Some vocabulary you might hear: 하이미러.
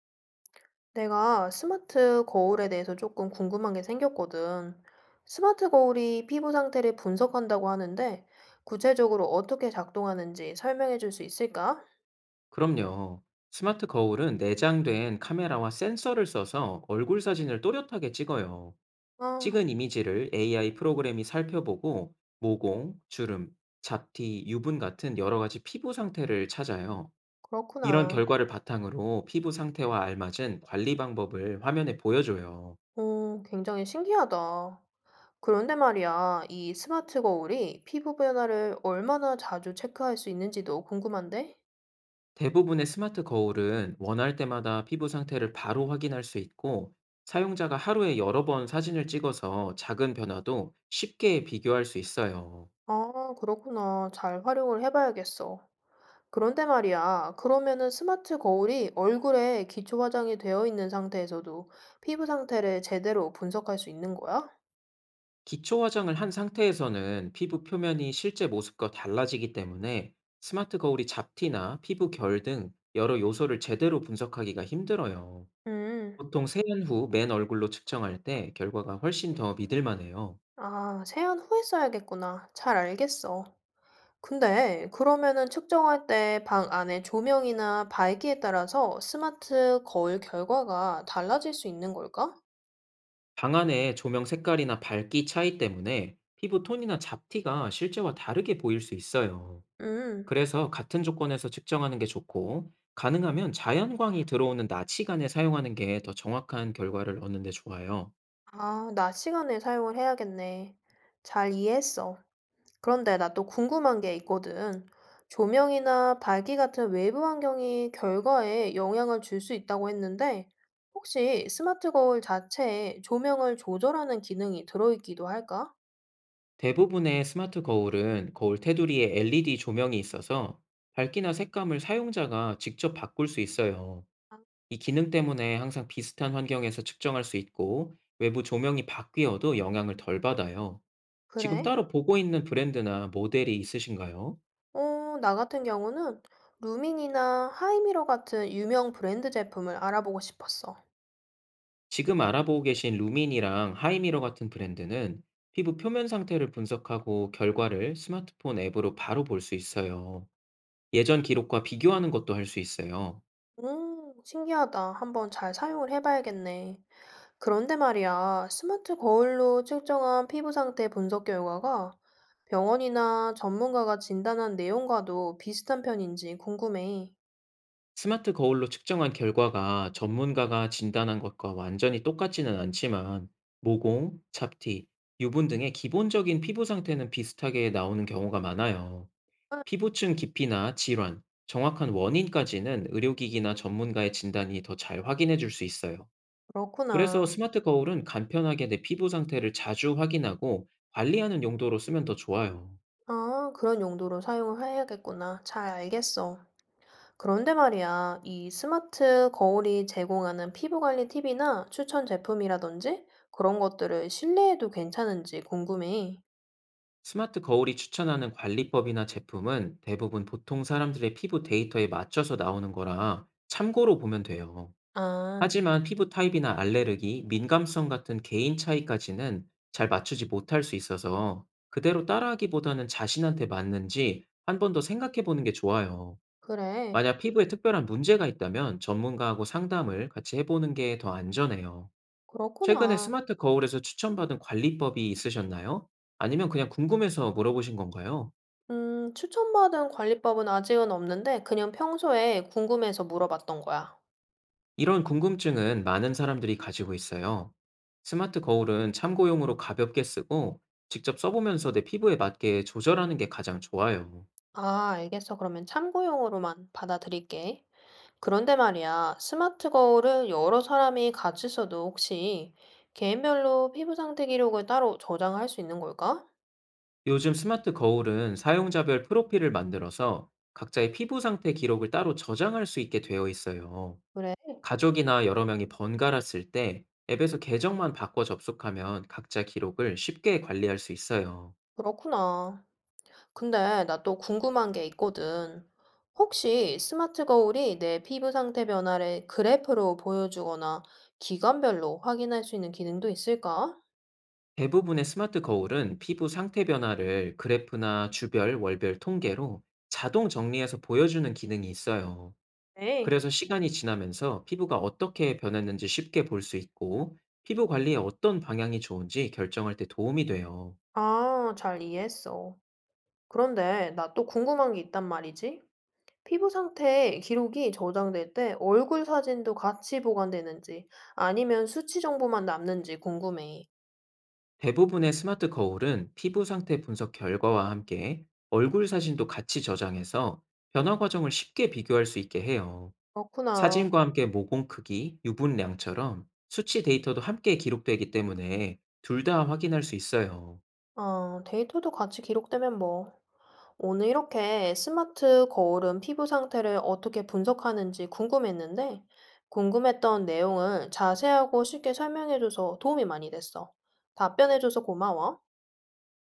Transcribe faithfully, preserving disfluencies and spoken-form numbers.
내가 스마트 거울에 대해서 조금 궁금한 게 생겼거든. 스마트 거울이 피부 상태를 분석한다고 하는데, 구체적으로 어떻게 작동하는지 설명해 줄 수 있을까? 그럼요. 스마트 거울은 내장된 카메라와 센서를 써서 얼굴 사진을 또렷하게 찍어요. 아, 찍은 이미지를 에이아이 프로그램이 살펴보고 모공, 주름, 잡티, 유분 같은 여러 가지 피부 상태를 찾아요. 이런 그렇구나. 결과를 바탕으로 피부 상태와 알맞은 관리 방법을 화면에 보여줘요. 오, 굉장히 신기하다. 그런데 말이야, 이 스마트 거울이 피부 변화를 얼마나 자주 체크할 수 있는지도 궁금한데? 대부분의 스마트 거울은 원할 때마다 피부 상태를 바로 확인할 수 있고, 사용자가 하루에 여러 번 사진을 찍어서 작은 변화도 쉽게 비교할 수 있어요. 아, 그렇구나. 잘 활용을 해봐야겠어. 그런데 말이야, 그러면은 스마트 거울이 얼굴에 기초 화장이 되어 있는 상태에서도 피부 상태를 제대로 분석할 수 있는 거야? 기초 화장을 한 상태에서는 피부 표면이 실제 모습과 달라지기 때문에 스마트 거울이 잡티나 피부 결 등 여러 요소를 제대로 분석하기가 힘들어요. 음, 보통 세안 후 맨 얼굴로 측정할 때 결과가 훨씬 더 믿을만해요. 아, 세안 후에 써야겠구나. 잘 알겠어. 근데 그러면은 측정할 때 방 안의 조명이나 밝기에 따라서 스마트 거울 결과가 달라질 수 있는 걸까? 방 안의 조명 색깔이나 밝기 차이 때문에 피부 톤이나 잡티가 실제와 다르게 보일 수 있어요. 음, 그래서 같은 조건에서 측정하는 게 좋고, 가능하면 자연광이 들어오는 낮 시간에 사용하는 게 더 정확한 결과를 얻는 데 좋아요. 아, 낮 시간에 사용을 해야겠네. 잘 이해했어. 그런데 나 또 궁금한 게 있거든. 조명이나 밝기 같은 외부 환경이 결과에 영향을 줄 수 있다고 했는데, 혹시 스마트 거울 자체에 조명을 조절하는 기능이 들어있기도 할까? 대부분의 스마트 거울은 거울 테두리에 엘이디 조명이 있어서 밝기나 색감을 사용자가 직접 바꿀 수 있어요. 아, 이 기능 때문에 항상 비슷한 환경에서 측정할 수 있고, 외부 조명이 바뀌어도 영향을 덜 받아요. 지금 그래? 따로 보고 있는 브랜드나 모델이 있으신가요? 어, 나 같은 경우는 루민이나 하이미러 같은 유명 브랜드 제품을 알아보고 싶었어. 지금 알아보고 계신 루민이랑 하이미러 같은 브랜드는 피부 표면 상태를 분석하고 결과를 스마트폰 앱으로 바로 볼 수 있어요. 예전 기록과 비교하는 것도 할 수 있어요. 음, 신기하다. 한번 잘 사용을 해봐야겠네. 그런데 말이야, 스마트 거울로 측정한 피부 상태 분석 결과가 병원이나 전문가가 진단한 내용과도 비슷한 편인지 궁금해. 스마트 거울로 측정한 결과가 전문가가 진단한 것과 완전히 똑같지는 않지만 모공, 잡티, 유분 등의 기본적인 피부 상태는 비슷하게 나오는 경우가 많아요. 아, 피부층 깊이나 질환, 정확한 원인까지는 의료기기나 전문가의 진단이 더 잘 확인해 줄 수 있어요. 그래서 그렇구나. 스마트 거울은 간편하게 내 피부 상태를 자주 확인하고 관리하는 용도로 쓰면 더 좋아요. 아, 그런 용도로 사용을 해야겠구나. 잘 알겠어. 그런데 말이야, 이 스마트 거울이 제공하는 피부 관리 팁이나 추천 제품이라든지 그런 것들을 신뢰해도 괜찮은지 궁금해. 스마트 거울이 추천하는 관리법이나 제품은 대부분 보통 사람들의 피부 데이터에 맞춰서 나오는 거라 참고로 보면 돼요. 아, 하지만 피부 타입이나 알레르기, 민감성 같은 개인 차이까지는 잘 맞추지 못할 수 있어서 그대로 따라하기보다는 자신한테 맞는지 한 번 더 생각해 보는 게 좋아요. 그래. 만약 피부에 특별한 문제가 있다면 전문가하고 상담을 같이 해보는 게 더 안전해요. 최근에 그렇구나. 스마트 거울에서 추천받은 관리법이 있으셨나요? 아니면 그냥 궁금해서 물어보신 건가요? 음, 추천받은 관리법은 아직은 없는데 그냥 평소에 궁금해서 물어봤던 거야. 이런 궁금증은 많은 사람들이 가지고 있어요. 스마트 거울은 참고용으로 가볍게 쓰고 직접 써보면서 내 피부에 맞게 조절하는 게 가장 좋아요. 아, 알겠어. 그러면 참고용으로만 받아들일게. 그런데 말이야, 스마트 거울을 여러 사람이 같이 써도 혹시 개인별로 피부 상태 기록을 따로 저장할 수 있는 걸까? 요즘 스마트 거울은 사용자별 프로필을 만들어서 각자의 피부 상태 기록을 따로 저장할 수 있게 되어 있어요. 그래, 가족이나 여러 명이 번갈아 쓸 때 앱에서 계정만 바꿔 접속하면 각자 기록을 쉽게 관리할 수 있어요. 그렇구나. 근데 나 또 궁금한 게 있거든. 혹시 스마트 거울이 내 피부 상태 변화를 그래프로 보여주거나 기관별로 확인할 수 있는 기능도 있을까? 대부분의 스마트 거울은 피부 상태 변화를 그래프나 주별, 월별 통계로 자동 정리해서 보여주는 기능이 있어요. 네. 그래서 시간이 지나면서 피부가 어떻게 변했는지 쉽게 볼 수 있고, 피부 관리에 어떤 방향이 좋은지 결정할 때 도움이 돼요. 아, 잘 이해했어. 그런데 나 또 궁금한 게 있단 말이지. 피부 상태 기록이 저장될 때 얼굴 사진도 같이 보관되는지 아니면 수치 정보만 남는지 궁금해. 대부분의 스마트 거울은 피부 상태 분석 결과와 함께 얼굴 사진도 같이 저장해서 변화 과정을 쉽게 비교할 수 있게 해요. 그렇구나. 사진과 함께 모공 크기, 유분량처럼 수치 데이터도 함께 기록되기 때문에 둘 다 확인할 수 있어요. 아, 데이터도 같이 기록되면 뭐. 오늘 이렇게 스마트 거울은 피부 상태를 어떻게 분석하는지 궁금했는데 궁금했던 내용을 자세하고 쉽게 설명해줘서 도움이 많이 됐어. 답변해줘서 고마워.